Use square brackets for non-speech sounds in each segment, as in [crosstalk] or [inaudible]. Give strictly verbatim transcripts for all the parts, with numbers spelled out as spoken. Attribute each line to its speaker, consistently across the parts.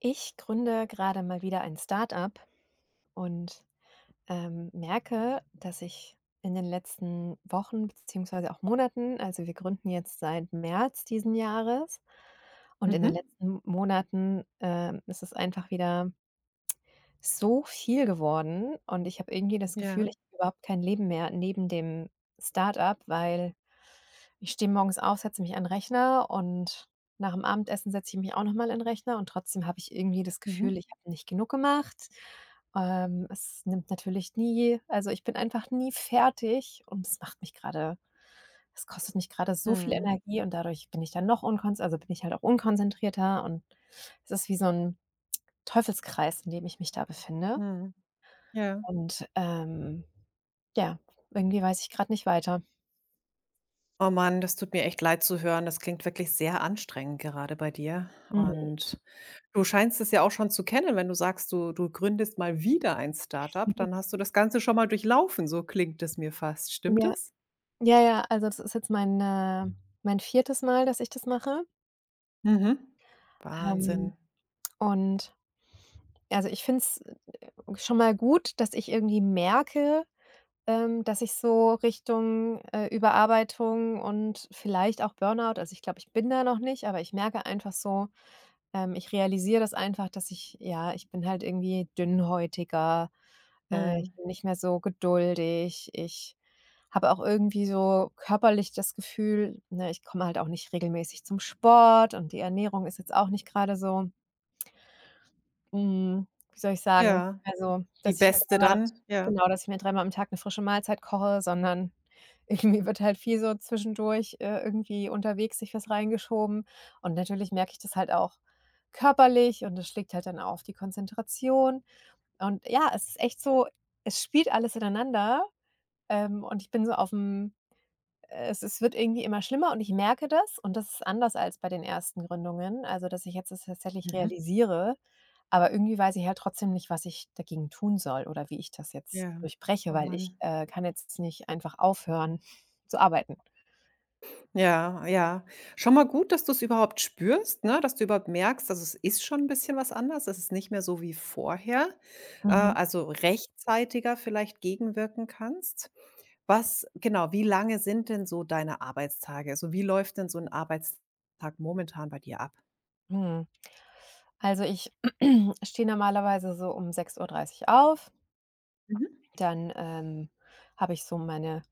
Speaker 1: Ich gründe gerade mal wieder ein Start-up und, ähm, merke, dass ich in den letzten Wochen beziehungsweise auch Monaten, also, wir gründen jetzt seit März diesen Jahres, und in den
Speaker 2: Mhm.
Speaker 1: letzten Monaten, ähm, ist es einfach wieder so viel geworden und ich habe irgendwie das Gefühl,
Speaker 2: Ja.
Speaker 1: ich habe überhaupt kein Leben mehr neben dem Start-up, weil ich stehe morgens auf, setze mich an den Rechner und nach dem Abendessen setze ich mich auch nochmal mal an 'n Rechner und trotzdem habe ich irgendwie das
Speaker 2: Mhm.
Speaker 1: Gefühl, ich habe nicht genug gemacht. Ähm, es nimmt natürlich nie, also, ich bin einfach nie fertig und es macht mich gerade, es kostet mich gerade so viel
Speaker 2: Mhm.
Speaker 1: Energie und dadurch bin ich dann noch unkonz also, bin ich halt auch unkonzentrierter und es ist wie so ein Teufelskreis, in dem ich mich da befinde.
Speaker 2: Mhm. Ja.
Speaker 1: Und, ähm, ja, irgendwie weiß ich gerade nicht weiter.
Speaker 2: Oh Mann, das tut mir echt leid zu hören. Das klingt wirklich sehr anstrengend gerade bei dir.
Speaker 1: Mhm.
Speaker 2: Und du scheinst es ja auch schon zu kennen, wenn du sagst, du du gründest mal wieder ein Startup, dann
Speaker 1: [laughs]
Speaker 2: hast du das Ganze schon mal durchlaufen, so klingt es mir fast. Stimmt
Speaker 1: Ja.
Speaker 2: es?
Speaker 1: Ja, ja, also das ist jetzt mein, äh mein viertes Mal, dass ich das mache.
Speaker 2: Mhm.
Speaker 1: Ähm,
Speaker 2: Wahnsinn.
Speaker 1: und also, ich finde es schon mal gut, dass ich irgendwie merke, ähm, dass ich so Richtung, äh, Überarbeitung und vielleicht auch Burnout, also, ich glaube, ich bin da noch nicht, aber ich merke einfach so, ähm ich realisiere das einfach, dass ich, ja, ich bin halt irgendwie dünnhäutiger, äh,
Speaker 2: Mhm.
Speaker 1: ich bin nicht mehr so geduldig. Ich habe auch irgendwie so körperlich das Gefühl, ne, ich komme halt auch nicht regelmäßig zum Sport und die Ernährung ist jetzt auch nicht gerade so, hm, wie soll ich sagen,
Speaker 2: Ja.
Speaker 1: also,
Speaker 2: Die
Speaker 1: dass ich mir
Speaker 2: Beste
Speaker 1: dreimal am
Speaker 2: dann. Ja.
Speaker 1: genau, dass ich mir dreimal am Tag 'ne frische Mahlzeit koche, sondern [laughs] irgendwie wird halt viel so zwischendurch, äh, irgendwie unterwegs sich was reingeschoben. Und natürlich merke ich das halt auch körperlich und das schlägt halt dann auch auf die Konzentration. Und ja, es ist echt so, es spielt alles ineinander. Ähm, und ich bin so aufm es es wird irgendwie immer schlimmer und ich merke das und das ist anders als bei den ersten Gründungen, also, dass ich jetzt das tatsächlich
Speaker 2: Mhm.
Speaker 1: realisiere, aber irgendwie weiß ich halt trotzdem nicht, was ich dagegen tun soll oder wie ich das jetzt
Speaker 2: Ja.
Speaker 1: durchbreche,
Speaker 2: Oh
Speaker 1: weil ich,
Speaker 2: Mann.
Speaker 1: äh, kann jetzt nicht einfach aufhören [laughs] zu arbeiten.
Speaker 2: Ja, ja. Schon mal gut, dass du es überhaupt spürst, ne? Dass du überhaupt merkst, dass es ist schon ein bisschen was anders. Es ist nicht mehr so wie vorher, äh,
Speaker 1: Mhm.
Speaker 2: also, rechtzeitiger vielleicht gegenwirken kannst. Was genau, wie lange sind denn so deine Arbeitstage? Also, wie läuft denn so ein Arbeitstag momentan bei dir ab?
Speaker 1: Mhm. Also, ich [clears throat] stehe normalerweise so um sechs Uhr dreißig auf,
Speaker 2: Mhm.
Speaker 1: dann, ähm, habe ich so meine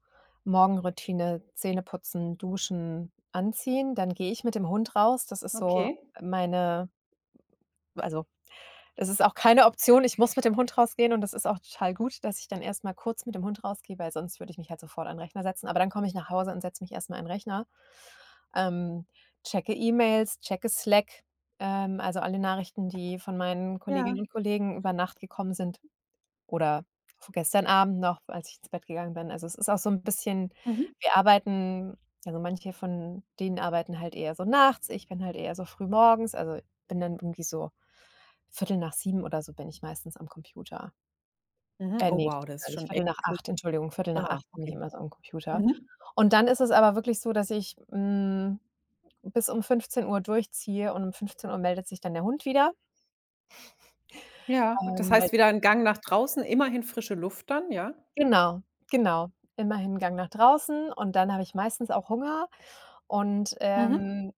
Speaker 1: Morgenroutine, Zähneputzen, Duschen, Anziehen, dann gehe ich mit dem Hund raus. Das ist so
Speaker 2: Okay.
Speaker 1: meine Also, das ist auch keine Option. Ich muss mit dem Hund rausgehen und das ist auch total gut, dass ich dann erst mal kurz mit dem Hund rausgehe, weil sonst würde ich mich halt sofort an 'n Rechner setzen. Aber dann komme ich nach Hause und setze mich erst mal an 'n Rechner, ähm, checke E-Mails, checke Slack, ähm, also alle Nachrichten, die von meinen
Speaker 2: Ja.
Speaker 1: Kolleginnen und Kollegen über Nacht gekommen sind. Oder gestern Abend noch, als ich ins Bett gegangen bin. Also, es ist auch so 'n bisschen,
Speaker 2: Mhm.
Speaker 1: wir arbeiten also, manche von denen arbeiten halt eher so nachts, ich bin halt eher so früh morgens. Also, bin dann irgendwie so Viertel nach sieben oder so bin ich meistens am Computer.
Speaker 2: Mhm.
Speaker 1: Äh,
Speaker 2: Oh
Speaker 1: ne,
Speaker 2: wow,
Speaker 1: stimmt
Speaker 2: das ist
Speaker 1: gar nicht,
Speaker 2: schon echt früh.
Speaker 1: sieben Uhr fünfundvierzig, Entschuldigung, Viertel nach
Speaker 2: Ah,
Speaker 1: acht bin ich
Speaker 2: okay.
Speaker 1: immer so am Computer.
Speaker 2: Mhm.
Speaker 1: Und dann ist es aber wirklich so, dass ich hm, bis um fünfzehn Uhr durchziehe und um fünfzehn Uhr meldet sich dann der Hund wieder,
Speaker 2: Ja, das
Speaker 1: ähm, weil
Speaker 2: heißt wieder ein Gang nach draußen, immerhin frische Luft dann, ja?
Speaker 1: genau, genau. Immerhin Gang nach draußen und dann habe ich meistens auch Hunger und,
Speaker 2: Mhm.
Speaker 1: ähm,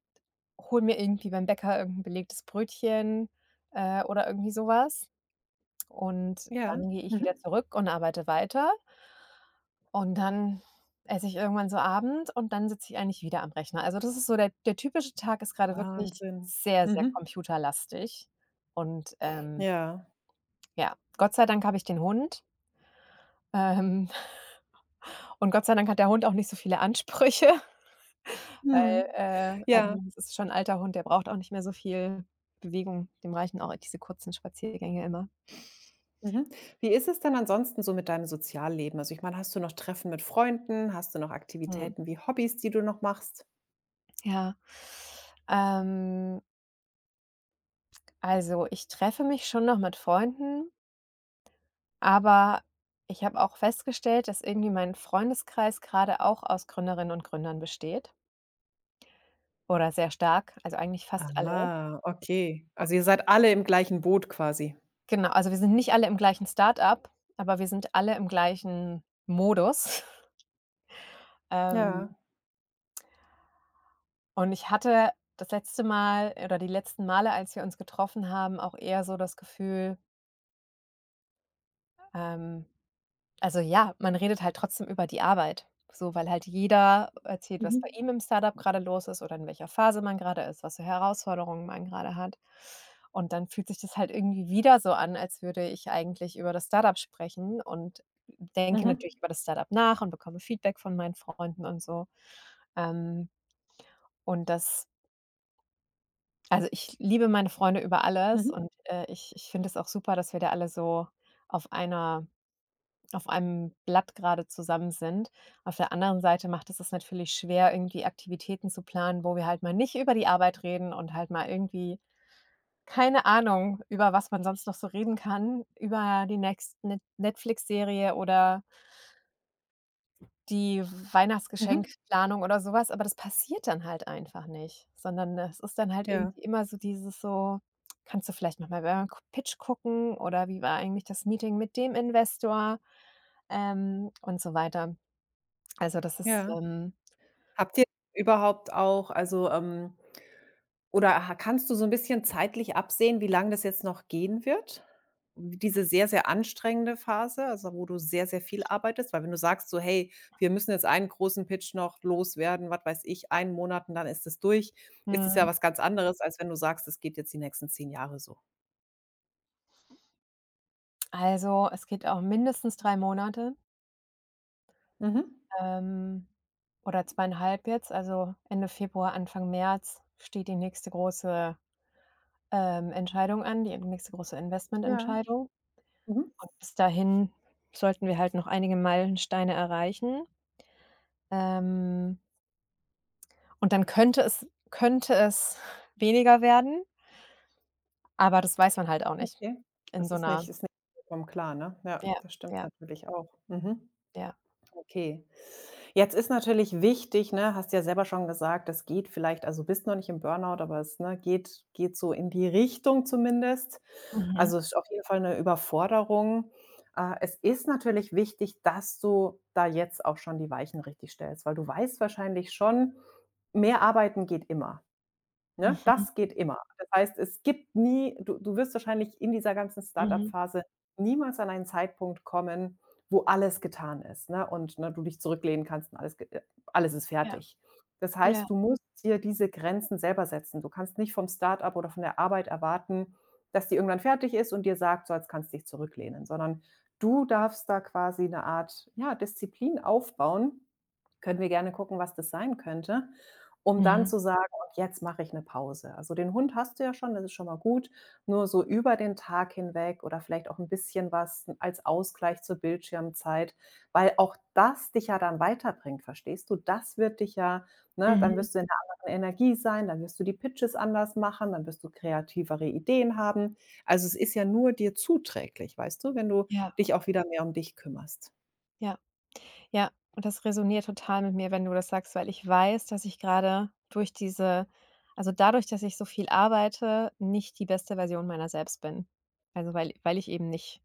Speaker 1: hole mir irgendwie beim Bäcker irgend 'n belegtes Brötchen, äh, oder irgendwie so was. Und
Speaker 2: Ja.
Speaker 1: dann gehe ich wieder
Speaker 2: Mhm.
Speaker 1: zurück und arbeite weiter. Und dann esse ich irgendwann so Abend und dann sitze ich eigentlich wieder am Rechner. Also, das ist so, der der typische Tag ist grade wirklich
Speaker 2: Wahnsinn.
Speaker 1: sehr, sehr
Speaker 2: Mhm.
Speaker 1: computerlastig. Und, ähm,
Speaker 2: Ja.
Speaker 1: ja, Gott sei Dank habe ich den Hund, ähm, und Gott sei Dank hat der Hund auch nicht so viele Ansprüche. Weil,
Speaker 2: Mhm.
Speaker 1: äh also,
Speaker 2: Ja.
Speaker 1: es ist schon 'n alter Hund, der braucht auch nicht mehr so viel Bewegung. Dem reichen auch diese kurzen Spaziergänge immer.
Speaker 2: Mhm. Wie ist es denn ansonsten so mit deinem Sozialleben? Also, ich meine, hast du noch Treffen mit Freunden? Hast du noch
Speaker 1: Mhm,
Speaker 2: Aktivitäten wie Hobbys, die du noch machst?
Speaker 1: ja. Ähm, also, ich treffe mich schon noch mit Freunden, aber ich habe auch festgestellt, dass irgendwie mein Freundeskreis grade auch aus Gründerinnen und Gründern besteht, oder sehr stark, also, eigentlich fast alle.
Speaker 2: Ah, okay. Also, ihr seid alle im gleichen Boot quasi.
Speaker 1: Genau, also, wir sind nicht alle im gleichen Start-up, aber wir sind alle im gleichen Modus. [laughs] Ähm
Speaker 2: Ja.
Speaker 1: Und ich hatte das letzte Mal, oder die letzten Male, als wir uns getroffen haben, auch eher so das Gefühl, ähm also, ja, man redet halt trotzdem über die Arbeit, so, weil halt jeder erzählt, was bei
Speaker 2: Mhm.
Speaker 1: ihm im Startup gerade los ist oder in welcher Phase man gerade ist, was für Herausforderungen man gerade hat. Und dann fühlt sich das halt irgendwie wieder so an, als würde ich eigentlich über das Startup sprechen und denke natürlich
Speaker 2: Mhm.
Speaker 1: über das Startup nach und bekomme Feedback von meinen Freunden und so. Ähm, und das Also, ich liebe meine Freunde über alles.
Speaker 2: Mhm.
Speaker 1: Mhm. Und, äh, ich ich finde es auch super, dass wir da alle so auf einer auf einem Blatt gerade zusammen sind. Auf der anderen Seite macht es es natürlich schwer, irgendwie Aktivitäten zu planen, wo wir halt mal nicht über die Arbeit reden und halt mal irgendwie, keine Ahnung, über was man sonst noch so reden kann, über die nächste Net Netflix-Serie oder die
Speaker 2: Mhm.
Speaker 1: Weihnachtsgeschenkplanung oder sowas, aber das passiert dann halt einfach nicht, sondern es ist dann halt
Speaker 2: Ja,
Speaker 1: irgendwie immer so dieses so: „Kannst du vielleicht noch mal beim K Pitch gucken" oder „Wie war eigentlich das Meeting mit dem Investor?" ähm, und so weiter. Also, das ist,
Speaker 2: ja.
Speaker 1: ähm
Speaker 2: Habt ihr überhaupt auch also, ähm oder ha kannst du so ein bisschen zeitlich absehen, wie lange das jetzt noch gehen wird? Diese sehr, sehr anstrengende Phase, also, wo du sehr, sehr viel arbeitest? Weil wenn du sagst so: „Hey, wir müssen jetzt einen großen Pitch noch loswerden, was weiß ich, einen Monat und dann ist es durch“, ist es ja
Speaker 1: mhm,
Speaker 2: was ganz anderes, als wenn du sagst, es geht jetzt die nächsten zehn Jahre so.
Speaker 1: also, es geht auch mindestens drei Monate,
Speaker 2: Mhm.
Speaker 1: ähm, oder zweieinhalb jetzt, also Ende Februar, Anfang März steht die nächste große, ähm, Entscheidung an, die nächste große
Speaker 2: Ja.
Speaker 1: Investmententscheidung.
Speaker 2: Mhm.
Speaker 1: Und bis dahin sollten wir halt noch einige Meilensteine erreichen. Ähm, und dann könnte es könnte es weniger werden, aber das weiß man halt auch nicht.
Speaker 2: Okay.
Speaker 1: In
Speaker 2: Das
Speaker 1: so
Speaker 2: ist
Speaker 1: 'ner
Speaker 2: nicht ist nicht vollkommen klar, ne? Ja,
Speaker 1: Ja,
Speaker 2: das stimmt
Speaker 1: ja,
Speaker 2: natürlich auch. Mhm.
Speaker 1: ja.
Speaker 2: Okay. Jetzt ist natürlich wichtig, ne, hast ja selber schon gesagt, das geht vielleicht also, bist noch nicht im Burnout, aber es, ne, geht geht so in die Richtung zumindest.
Speaker 1: Mhm,
Speaker 2: Also, es ist auf jeden Fall eine Überforderung. Äh, es ist natürlich wichtig, dass du da jetzt auch schon die Weichen richtig stellst, weil du weißt wahrscheinlich schon, mehr arbeiten geht immer. Ne,
Speaker 1: mhm,
Speaker 2: das geht immer. Das heißt, es gibt nie du du wirst wahrscheinlich in dieser ganzen Startup
Speaker 1: mhm,
Speaker 2: Phase niemals an einen Zeitpunkt kommen, wo alles getan ist, ne, und, ne, du dich zurücklehnen kannst und alles ge äh, alles ist
Speaker 1: ja,
Speaker 2: fertig. Das
Speaker 1: ja,
Speaker 2: heißt, du musst dir diese Grenzen selber setzen. Du kannst nicht vom Startup oder von der Arbeit erwarten, dass die irgendwann fertig ist und dir sagt: „So, jetzt kannst du dich zurücklehnen“, sondern du darfst da quasi eine Art, ja, Disziplin aufbauen. Können wir gerne gucken, was das sein könnte, um dann
Speaker 1: mhm,
Speaker 2: zu sagen jetzt mache ich eine Pause. Also, den Hund hast du ja schon, das ist schon mal gut. Nur so über den Tag hinweg oder vielleicht auch ein bisschen was als Ausgleich zur Bildschirmzeit, weil auch das dich ja dann weiterbringt, verstehst du? Das wird dich ja ne, dann
Speaker 1: mhm,
Speaker 2: wirst du in einer anderen Energie sein, dann wirst du die Pitches anders machen, dann wirst du kreativere Ideen haben. Also, es ist ja nur dir zuträglich, weißt du, wenn du
Speaker 1: ja,
Speaker 2: dich auch wieder mehr um dich kümmerst.
Speaker 1: ja, ja. Und das resoniert total mit mir, wenn du das sagst, weil ich weiß, dass ich grade durch diese also, dadurch, dass ich so viel arbeite, nicht die beste Version meiner selbst bin. Also, weil weil ich eben nicht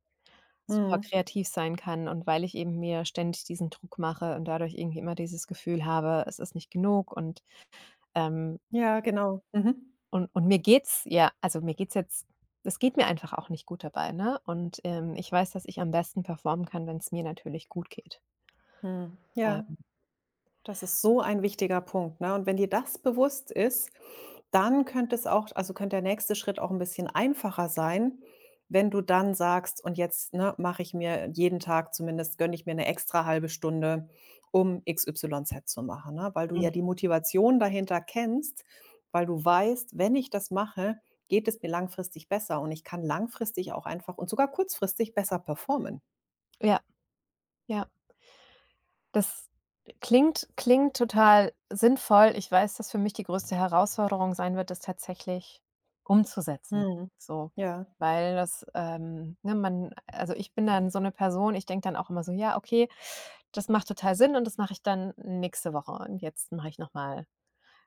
Speaker 1: super
Speaker 2: Mhm.
Speaker 1: kreativ sein kann und weil ich eben mir ständig diesen Druck mache und dadurch irgendwie immer dieses Gefühl habe, es ist nicht genug und, ähm
Speaker 2: Ja, genau. Mhm.
Speaker 1: und und mir geht's ja, also, mir geht's jetzt, es geht mir einfach auch nicht gut dabei, ne? Und, ähm, ich weiß, dass ich am besten performen kann, wenn es mir natürlich gut geht.
Speaker 2: Mhm. Ja.
Speaker 1: Ähm,
Speaker 2: Das ist so ein wichtiger Punkt, ne? Und wenn dir das bewusst ist, dann könnte es auch also, könnte der nächste Schritt auch ein bisschen einfacher sein, wenn du dann sagst: „Und jetzt, ne, mache ich mir jeden Tag zumindest gönne ich mir eine extra halbe Stunde, um X Y Z zu machen“, ne? Weil du ja
Speaker 1: mhm.
Speaker 2: die Motivation dahinter kennst, weil du weißt: „Wenn ich das mache, geht es mir langfristig besser und ich kann langfristig auch einfach und sogar kurzfristig besser performen.“
Speaker 1: Ja, ja. Das klingt klingt total sinnvoll. Ich weiß, dass für mich die größte Herausforderung sein wird, das tatsächlich umzusetzen,
Speaker 2: Mhm.
Speaker 1: so.
Speaker 2: Ja.
Speaker 1: Weil das, ähm, ne, man, also, ich bin dann so eine Person, ich denke dann auch immer so: „Ja, okay, das macht total Sinn und das mache ich dann nächste Woche und jetzt mache ich noch mal,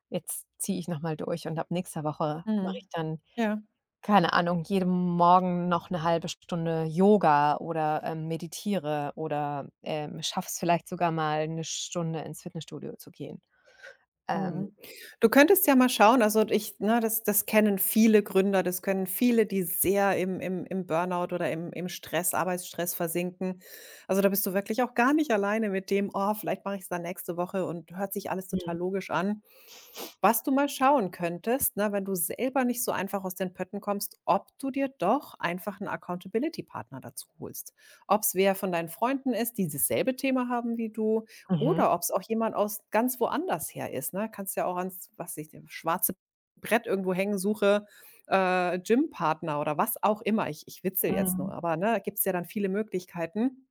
Speaker 1: jetzt ziehe ich noch mal durch und ab nächster Woche mache ich
Speaker 2: Mhm.
Speaker 1: dann"
Speaker 2: Ja.
Speaker 1: keine Ahnung, jeden Morgen noch eine halbe Stunde Yoga oder, ähm, meditiere oder, ähm, schaffe es vielleicht sogar mal eine Stunde ins Fitnessstudio zu gehen. Ähm,
Speaker 2: Mhm. Du könntest ja mal schauen, also ich ne, das das kennen viele Gründer, das können viele, die sehr im im im Burnout oder im im Stress, Arbeitsstress versinken. Also, da bist du wirklich auch gar nicht alleine mit dem: „Oh, vielleicht mache ich es dann nächste Woche und hört sich alles total
Speaker 1: mhm,
Speaker 2: logisch an.“ Was du mal schauen könntest, ne, wenn du selber nicht so einfach aus den Pötten kommst, ob du dir doch einfach einen Accountability-Partner dazu holst, ob es wer von deinen Freunden ist, die dasselbe Thema haben wie du,
Speaker 1: mhm,
Speaker 2: oder ob es auch jemand aus ganz woanders her ist, ne? Kannst ja auch ans, was weiß ich, dem schwarze Brett irgendwo hängen, suche, äh, Gympartner oder was auch immer. Ich ich witzel jetzt nur,
Speaker 1: mhm,
Speaker 2: aber, ne, da gibt es ja dann viele Möglichkeiten.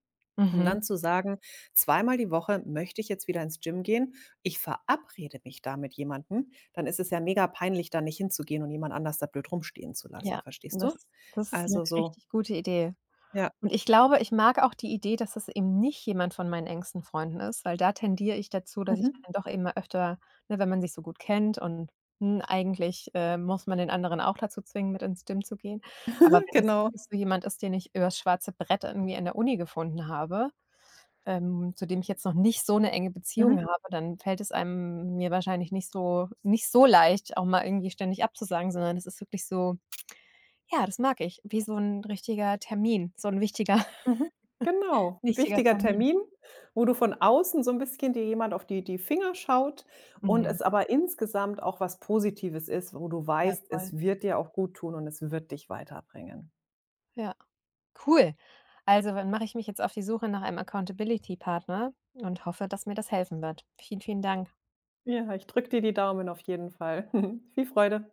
Speaker 2: Um
Speaker 1: mhm,
Speaker 2: dann zu sagen: „Zweimal die Woche möchte ich jetzt wieder ins Gym gehen. Ich verabrede mich da mit jemandem.“ Dann ist es ja mega peinlich, da nicht hinzugehen und jemand anders da blöd rumstehen zu lassen,
Speaker 1: ja,
Speaker 2: verstehst du?
Speaker 1: das das ist eine
Speaker 2: Also, so
Speaker 1: richtig gute Idee.
Speaker 2: ja,
Speaker 1: Und ich glaube, ich mag auch die Idee, dass es eben nicht jemand von meinen engsten Freunden ist, weil da tendiere ich dazu, dass ich
Speaker 2: mhm,
Speaker 1: dann doch immer öfter, ne, wenn man sich so gut kennt, und, hm, eigentlich, äh, muss man den anderen auch dazu zwingen, mit ins Gym zu gehen. Aber
Speaker 2: [laughs]
Speaker 1: wenn das
Speaker 2: genau.
Speaker 1: wirklich so jemand ist, den ich übers schwarze Brett irgendwie in der Uni gefunden habe, ähm, zu dem ich jetzt noch nicht so eine enge
Speaker 2: Mhm,
Speaker 1: Beziehung habe, dann fällt es einem, mir wahrscheinlich nicht so nicht so leicht, auch mal irgendwie ständig abzusagen, sondern es ist wirklich so, ja, das mag ich, wie so ein richtiger Termin, so ein wichtiger.
Speaker 2: mhm, genau. Ein
Speaker 1: Wichtiger
Speaker 2: wichtiger
Speaker 1: Termin.
Speaker 2: Termin, wo du von außen so ein bisschen dir jemand auf die die Finger schaut und
Speaker 1: Mhm.
Speaker 2: es aber insgesamt auch was Positives ist, wo du
Speaker 1: Ja,
Speaker 2: weißt,
Speaker 1: voll.
Speaker 2: es wird dir auch gut tun und es wird dich weiterbringen.
Speaker 1: Ja, cool. Also, dann mache ich mich jetzt auf die Suche nach einem Accountability-Partner und hoffe, dass mir das helfen wird. Vielen, vielen Dank.
Speaker 2: Ja, ich drücke dir die Daumen auf jeden Fall. [laughs] Viel Freude.